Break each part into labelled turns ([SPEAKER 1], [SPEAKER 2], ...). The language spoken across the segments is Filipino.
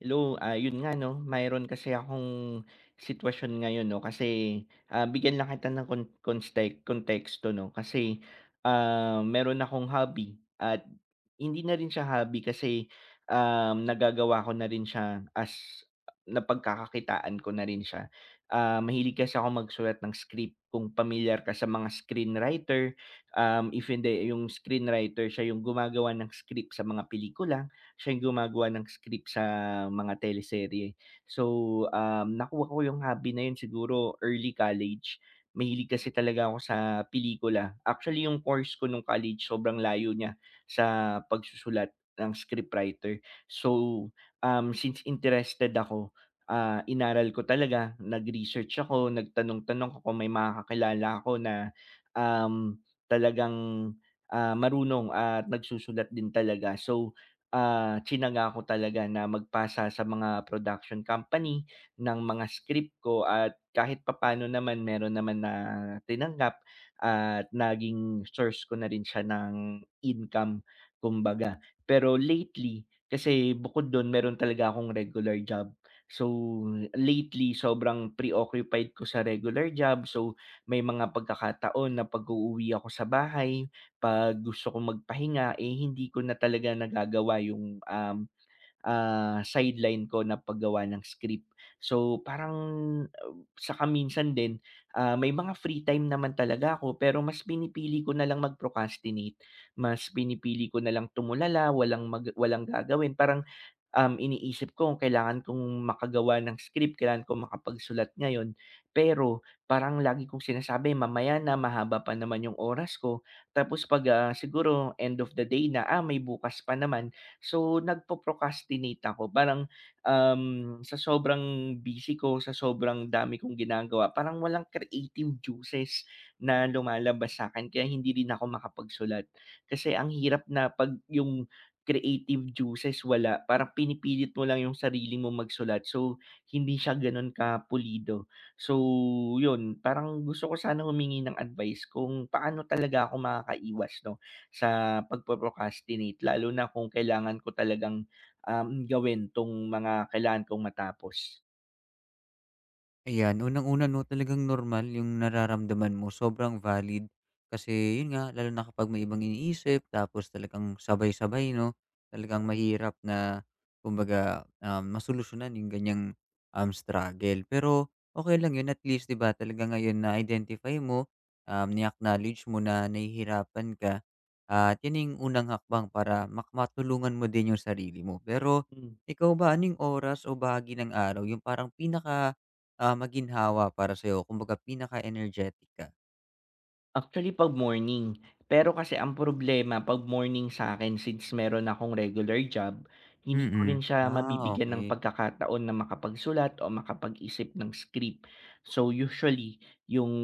[SPEAKER 1] Hello, yun nga 'no, mayroon kasi akong sitwasyon ngayon 'no, kasi, bigyan lang kita ng konteksto 'no, kasi, meron akong hobby at hindi na rin siya hobby kasi, nagagawa ko na rin siya as napagkakakitaan ko na rin siya. Mahilig kasi akong magsulat ng script, kung pamilyar ka sa mga screenwriter, if hindi yung screenwriter siya yung gumagawa ng script sa mga pelikula. Siya yung gumagawa ng script sa mga teleserye. So, nakuha ko yung hobby na yun siguro early college. Mahilig kasi talaga ako sa pelikula. Actually, yung course ko nung college sobrang layo niya sa pagsusulat ng scriptwriter. So, since interested ako, inaral ko talaga, nag-research ako, nagtanong-tanong ako kung may mga kakilala ako na um, talagang marunong at nagsusulat din talaga. So, tinaga ko talaga na magpasa sa mga production company ng mga script ko at kahit papaano naman meron naman na tinanggap at naging source ko na rin siya ng income kumbaga. Pero lately, kasi bukod dun meron talaga akong regular job. So, lately sobrang preoccupied ko sa regular job. So, may mga pagkakataon na pag-uuwi ako sa bahay 'pag gusto kong magpahinga, eh, hindi ko na talaga nagagawa yung, sideline ko na paggawa ng script. So, parang, ah, saka minsan din, may mga free time naman talaga ako pero mas pinipili ko na lang mag-procrastinate. Mas pinipili ko na lang tumulala, walang gagawin, parang iniisip ko kung kailangan kong makagawa ng script, kailangan kong makapagsulat ngayon. Pero parang lagi kong sinasabi, "Mamaya na, mahaba pa naman yung oras ko." Tapos 'pag, siguro end of the day na, "Ah, may bukas pa naman." So, nagpo-procrastinate ako. Parang, sa sobrang busy ko, sa sobrang dami kong ginagawa, parang walang creative juices na lumalabas sa akin kaya hindi rin ako makapagsulat. Kasi ang hirap na 'pag yung creative juices wala, parang pinipilit mo lang yung sarili mo magsulat so hindi siya gano'n kapulido. So yun, parang gusto ko sana humingi ng advice kung paano talaga ako makakaiwas 'no, sa pagpo-procrastinate lalo na kung kailangan ko talagang, gawin 'tong mga kailangan kong matapos.
[SPEAKER 2] Ayan, unang-una 'no, talagang normal yung nararamdaman mo, sobrang valid. Kasi yun nga, lalo na kapag may ibang iniisip tapos talagang sabay-sabay 'no, talagang mahirap na kumbaga, masolusyonan yung ganiyang, struggle. Pero okay lang yun, at least 'di ba talaga ngayon na-identify mo, ni-acknowledge mo na nahihirapan ka, at yun na yung unang hakbang para matulungan mo din yung sarili mo. Pero
[SPEAKER 1] Hmm.
[SPEAKER 2] ikaw ba, ano oras o bahagi ng araw yung parang pinaka ah, maginhawa para sa'yo, kumbaga pinaka-energetic ka.
[SPEAKER 1] Actually 'pag morning, pero kasi ang problema 'pag morning sa akin since meron akong regular job, hindi ko
[SPEAKER 2] Mm.
[SPEAKER 1] rin siya
[SPEAKER 2] Ah,
[SPEAKER 1] mabibigyan ng
[SPEAKER 2] okay.
[SPEAKER 1] pagkakataon na makapagsulat o makapag-isip ng script. So usually yung,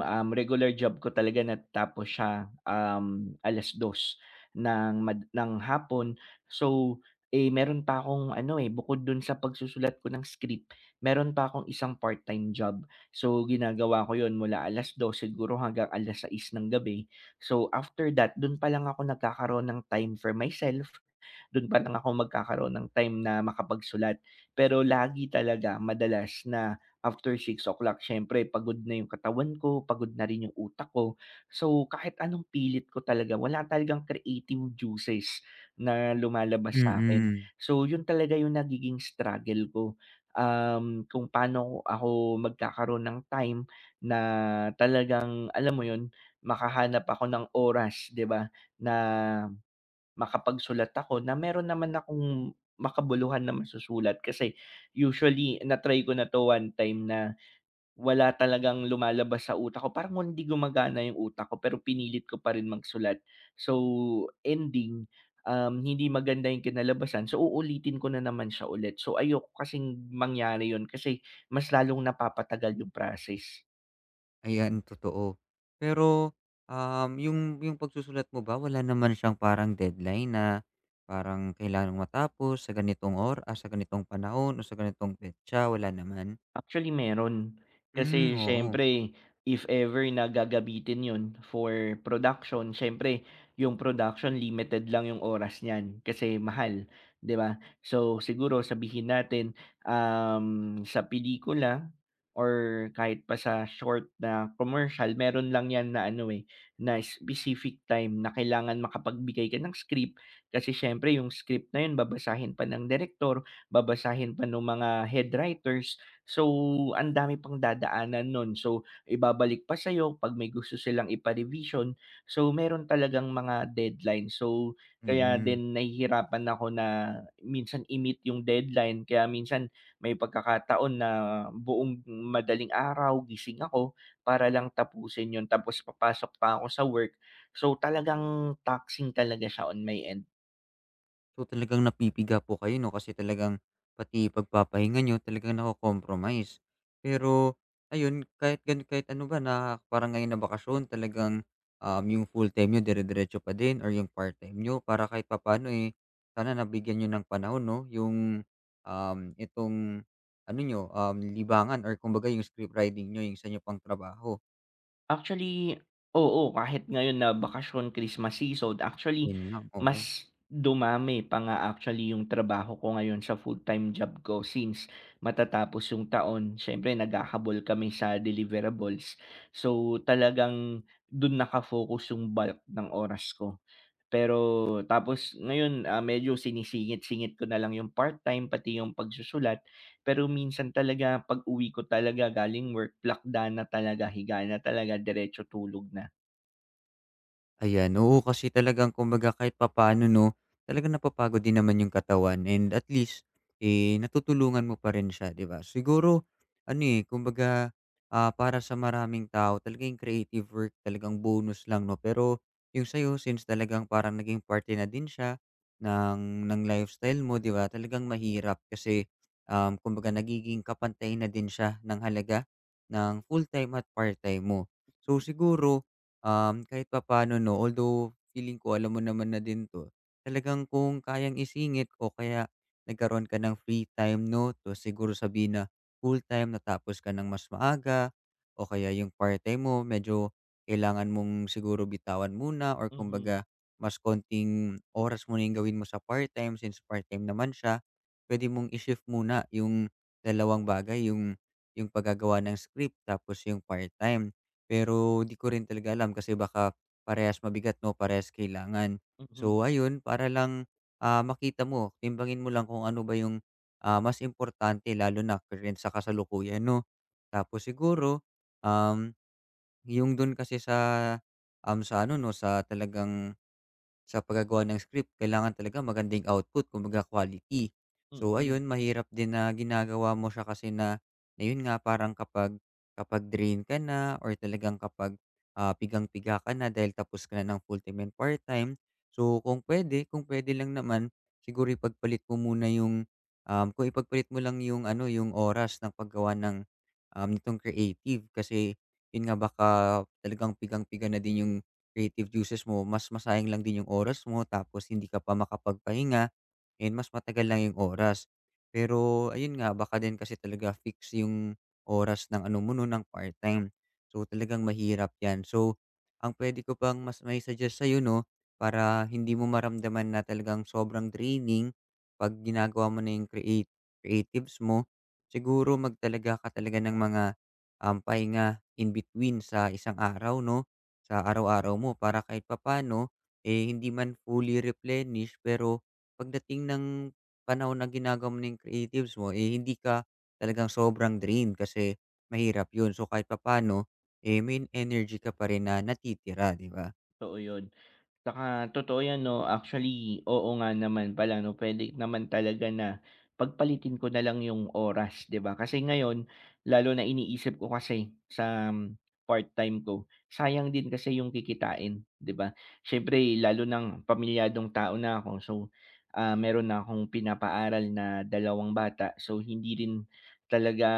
[SPEAKER 1] regular job ko talaga natatapos siya, alas dos ng hapon. So, eh, meron pa akong ano, eh, bukod dun sa pagsusulat ko ng script, meron pa akong isang part-time job. So, ginagawa ko yon mula 12:00 siguro hanggang 6:00 ng gabi. So, after that dun pa lang ako nagkakaroon ng time for myself, dun pa lang ako magkakaroon ng time na makapagsulat. Pero lagi talaga madalas na after six o'clock siyempre pagod na yung katawan ko, pagod na rin yung utak ko. So, kahit anong pilit ko talaga wala talagang creative juices na lumalabas sa sa'kin.
[SPEAKER 2] Mm.
[SPEAKER 1] So, yun talaga yung nagiging struggle ko kung paano ako magkakaroon ng time na talagang alam mo 'yun, makahanap ako ng oras 'di ba, na makapagsulat ako na meron naman akong makabuluhan na masusulat kasi usually na-try ko na 'to one time na wala talagang lumalabas sa utak ko, parang hindi gumagana yung utak ko pero pinilit ko pa rin magsulat. So, ending, hindi maganda yung kinalabasan, so uulitin ko na naman siya ulit. So, ayoko kasing mangyari yun kasi mas lalong napapatagal yung process.
[SPEAKER 2] Ayan, totoo. Pero, yung pagsusulat mo ba, wala naman siyang parang deadline na parang kailangang matapos sa ganitong or ah, sa ganitong panahon o sa ganitong petsa, wala naman?
[SPEAKER 1] Actually meron.
[SPEAKER 2] Hmm,
[SPEAKER 1] Kasi
[SPEAKER 2] oo.
[SPEAKER 1] siyempre if ever na gagamitin 'yun for production, siyempre yung production limited lang yung oras niyan kasi mahal, 'di ba? So siguro sabihin natin, sa pelikula or kahit pa sa short na commercial meron lang 'yan na ano, eh, na specific time na kailangan makapagbigay ka ng script. Kasi siyempre yung script na 'yun babasahin pa ng director babasahin pa ng mga head writers. So, ang dami pang dadaanan nun. So, ibabalik pa sa'yo 'pag may gusto silang ipa-revision. So, meron talagang mga deadline. So, kaya
[SPEAKER 2] Mm.
[SPEAKER 1] din nahihirapan ako na minsan i-meet yung deadline. Kaya minsan may pagkakataon na buong madaling araw gising ako para lang tapusin yun tapos papasok pa ako sa work. So, talagang taxing talaga siya on my end.
[SPEAKER 2] So, talagang napipiga po kayo 'no, kasi talagang pati pagpapahinga niyo talagang nako-compromise. Pero ayun, kahit ano ba, na parang ngayon na bakasyon talagang, yung full-time niyo dire-diretso pa din or yung part-time niyo, para kahit papaano, eh, sana nabigyan niyo ng panahon 'no, yung, itong ano niyo, libangan or kumbaga yung script writing niyo, yung sa niyo pang trabaho.
[SPEAKER 1] Actually, oo. Kahit ngayon na bakasyon, Christmas season, actually
[SPEAKER 2] Yun lang, oo.
[SPEAKER 1] mas dumami pa nga actually yung trabaho ko ngayon sa full-time job ko since matatapos yung taon. Siyempre naghahabol kami sa deliverables. So, talagang dun nakafocus yung bulk ng oras ko. Pero tapos ngayon, medyo sinisingit-singit ko na lang yung part-time pati yung pagsusulat. Pero minsan talaga pag-uwi ko talaga galing work, plakda na talaga, higa na talaga, diretso tulog na.
[SPEAKER 2] Ayan, oo, kasi talagang kumbaga kahit papaano 'no, talagang napapagod din naman yung katawan, and at least, eh, natutulungan mo pa rin siya, 'di ba? Siguro ano, eh, kumbaga, ah, para sa maraming tao talagang creative work talagang bonus lang 'no, pero yung sa'yo, since talagang parang naging parte na din siya ng lifestyle mo, 'di ba, talagang mahirap kasi, kumbaga nagiging kapantay na din siya ng halaga ng full-time at part-time mo. So siguro um, kahit papaano 'no, although feeling ko alam mo naman na din 'to, talagang kung kayang isingit o kaya nagkaroon ka ng free time 'no, to siguro sabihin na full-time natapos ka ng mas maaga, o kaya yung part-time mo medyo kailangan mong siguro bitawan muna or
[SPEAKER 1] Mhm,
[SPEAKER 2] kumbaga mas konting oras muna yung gawin mo sa part-time since part-time naman siya, pwede mong i-shift muna yung dalawang bagay, yung paggagawa ng script tapos yung part-time. Pero di ko rin talaga alam kasi baka parehas mabigat 'no, parehas kailangan.
[SPEAKER 1] mhm,
[SPEAKER 2] So ayun, para lang, ah, makita mo, timbangin mo lang kung ano ba yung, ah, mas importante lalo na current sa kasalukuyan 'no. Tapos siguro, um, yung dun kasi sa, sa ano 'no, sa talagang sa paggagawa ng script, kailangan talaga magandang output, kumbaga quality. So
[SPEAKER 1] mm.
[SPEAKER 2] ayun, mahirap din na ginagawa mo siya kasi na na yun nga parang kapag kapag drain ka na, or talagang kapag ah, pigang-piga ka na dahil tapos ka na ng full-time and part-time. So kung pwede lang naman siguro ipagpalit mo muna yung um, kung ipagpalit mo lang yung ano, yung oras ng paggawa ng um, nitong creative, kasi yun nga baka talagang pigang-piga na din yung creative juices mo, mas masayang lang din yung oras mo tapos hindi ka pa makapagpahinga, and mas matagal lang yung oras. Pero ayun nga, baka din kasi talaga fix yung oras ng ano mo no, ng part-time. So talagang mahirap yan. So ang pwede ko pang mas may suggest sa'yo no, para hindi mo maramdaman na talagang sobrang draining pag ginagawa mo na yung creatives mo, siguro magtalaga ka talaga ng mga pahinga in between sa isang araw, no? Sa araw-araw mo, para kahit papano, eh, hindi man fully replenish, pero pagdating ng panahon na ginagawa mo na creatives mo, eh, hindi ka talagang sobrang drained kasi mahirap yun. So, kahit papano, eh, may energy ka pa rin na natitira, di ba?
[SPEAKER 1] Totoo yun. Tsaka totoo 'yan 'no, actually, oo nga naman pala 'no, puwede naman talaga na pagpalitin ko na lang yung oras, 'di ba? Kasi ngayon, lalo na iniisip ko kasi sa part-time ko, sayang din kasi yung kikitain, 'di ba? Siyempre lalo ng pamilyadong tao na ako so, meron na akong pinapaaral na dalawang bata so hindi rin talaga,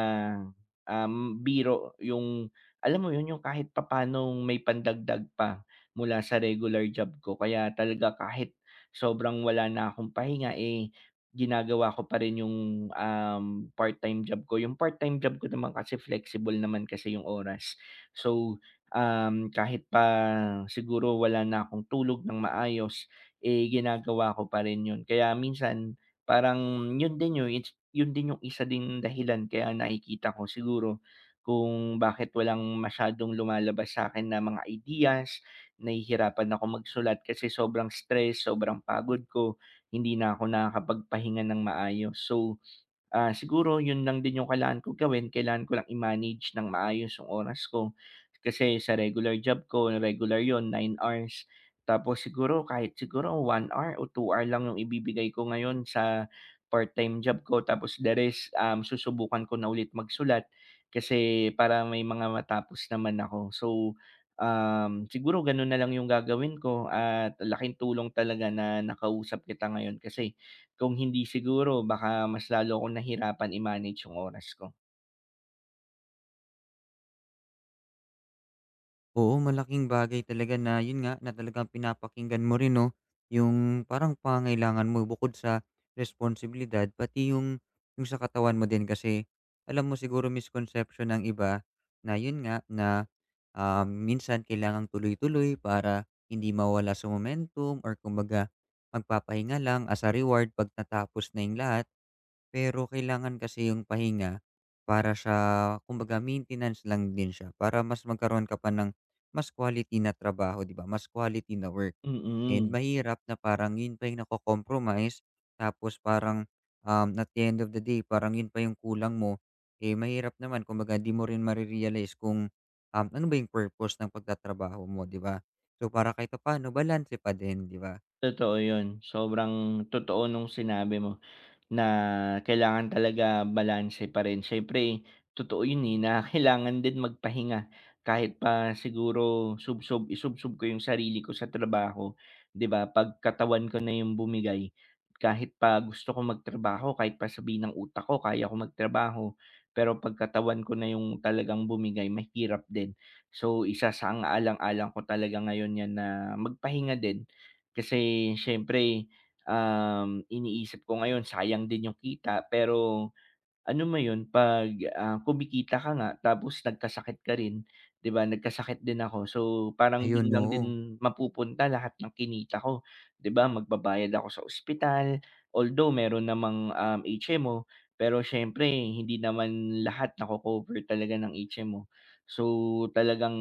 [SPEAKER 1] biro yung alam mo yun, yung kahit papaanong may pandagdag pa mula sa regular job ko kaya talaga kahit sobrang wala na akong pahinga, eh, ginagawa ko pa rin yung, um, part-time job ko. Yung part-time job ko naman kasi flexible naman kasi yung oras. So, kahit pa siguro wala na akong tulog ng maayos, eh, ginagawa ko pa rin yun. Kaya minsan parang yun din yung isa ding dahilan kaya nakikita ko siguro kung bakit walang masyadong lumalabas sa akin na mga ideas nahihirapan ako magsulat kasi sobrang stress, sobrang pagod ko, hindi na ako nakakapagpahinga ng maayos. So, siguro yun lang din yung kailangan kong gawin, kailangan ko lang i-manage ng maayos yung oras ko. Kasi sa regular job ko, regular yon 9 hours. Tapos siguro kahit siguro 1 hour o 2 hour lang yung ibibigay ko ngayon sa part-time job ko. Tapos the rest, susubukan ko na ulit magsulat kasi para may mga matapos naman ako. So, siguro ganun na lang yung gagawin ko at laking tulong talaga na nakausap kita ngayon kasi kung hindi siguro baka mas lalo akong nahirapan i-manage yung oras ko.
[SPEAKER 2] Oo, malaking bagay talaga na yun nga, na talagang pinapakinggan mo rin 'no, yung parang pangailangan mo bukod sa responsibilidad, pati yung sa katawan mo din. Kasi alam mo siguro misconception ng iba na yun nga na, ah, minsan kailangang tuloy-tuloy para hindi mawala sa momentum, or kumbaga magpapahinga lang as a reward 'pag natapos na yung lahat. Pero kailangan kasi yung pahinga, para siya kumbaga maintenance lang din siya, para mas magkaroon ka pa ng mas quality na trabaho, 'di ba? Mas quality na work. And
[SPEAKER 1] Mm.
[SPEAKER 2] mahirap na parang yun pa yung nako-compromise, tapos parang, at the end of the day parang yun pa yung kulang mo, eh, mahirap naman, kumbaga di mo rin kung, ano ba yung purpose ng pagtatrabaho mo, 'di ba? So, para kahit papaano balanse pa din, 'di ba?
[SPEAKER 1] Totoo yun, sobrang totoo nung sinabi mo. Na kailangan talaga balanse pa rin. Siyempre totoo yun, eh, na kailangan din magpahinga kahit pa siguro subsob isubsob ko yung sarili ko sa trabaho, 'di ba, 'pag katawan ko na yung bumigay, kahit pa gusto ko magtrabaho, kahit pa sabihin ng utak ko kaya ko magtrabaho, pero 'pag katawan ko na yung talagang bumigay mahirap din. So, isa sa ang alang-alang ko talaga ngayon yan na magpahinga din. Kasi siyempre iniisip ko ngayon sayang din yung kita pero, ano mo yun 'pag, kumikita ka nga tapos nagkasakit ka rin, 'di ba nagkasakit din ako so parang dun
[SPEAKER 2] Ayun,
[SPEAKER 1] lang
[SPEAKER 2] oo.
[SPEAKER 1] din mapupunta lahat ng kinita ko, 'di ba magbabayad ako sa ospital, although meron namang, HMO pero siyempre hindi naman lahat nako-cover talaga ng HMO. So talagang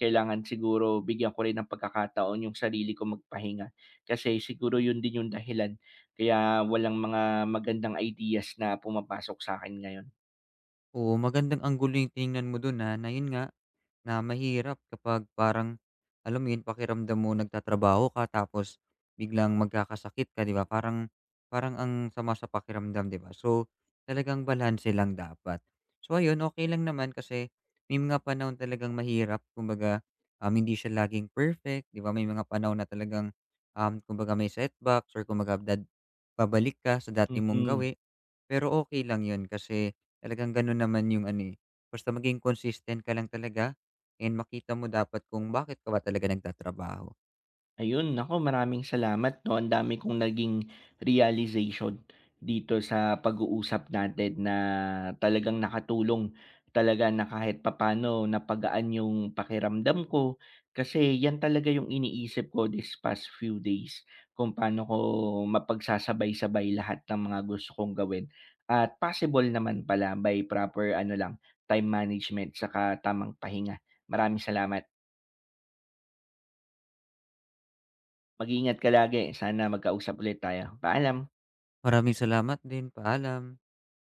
[SPEAKER 1] kailangan siguro bigyan ko rin ng pagkakataon yung sarili ko magpahinga kasi siguro yun din yung dahilan kaya walang mga magandang ideas na pumapasok sa'kin ngayon.
[SPEAKER 2] Oo, magandang anggulo yung tiningnan mo dun, ah, na yun nga, na mahirap kapag parang, alam mo yun, pakiramdam mo nagtatrabaho ka tapos biglang magkakasakit ka, 'di ba? Parang Parang ang sama sa pakiramdam, 'di ba? So, talagang balanse lang dapat. So, ayun, okay lang naman kasi may mga panahon talagang mahirap. Kumbaga, hindi siya laging perfect, 'di ba? May mga panahon na talagang, kumbaga may setbacks or kumbaga babalik ka sa dati mong
[SPEAKER 1] Mm.
[SPEAKER 2] gawin. Pero okay lang 'yun kasi talagang gano'n naman yung ano, eh, basta maging consistent ka lang talaga, and makita mo dapat kung bakit ka ba talaga nagtatrabaho.
[SPEAKER 1] Ayun, nako maraming salamat 'no, ang dami kong naging realization dito sa pag-uusap natin na talagang nakatulong talaga na kahit papaano napagaan yung pakiramdam ko. Kasi yan talaga yung iniisip ko this past few days kung paano ko mapagsasabay-sabay lahat ng mga gusto kong gawin at possible naman pala by proper ano lang, time management saka tamang pahinga. Maraming salamat. Mag-ingat ka lagi, sana magkausap ulit tayo. Paalam.
[SPEAKER 2] Maraming salamat din, paalam.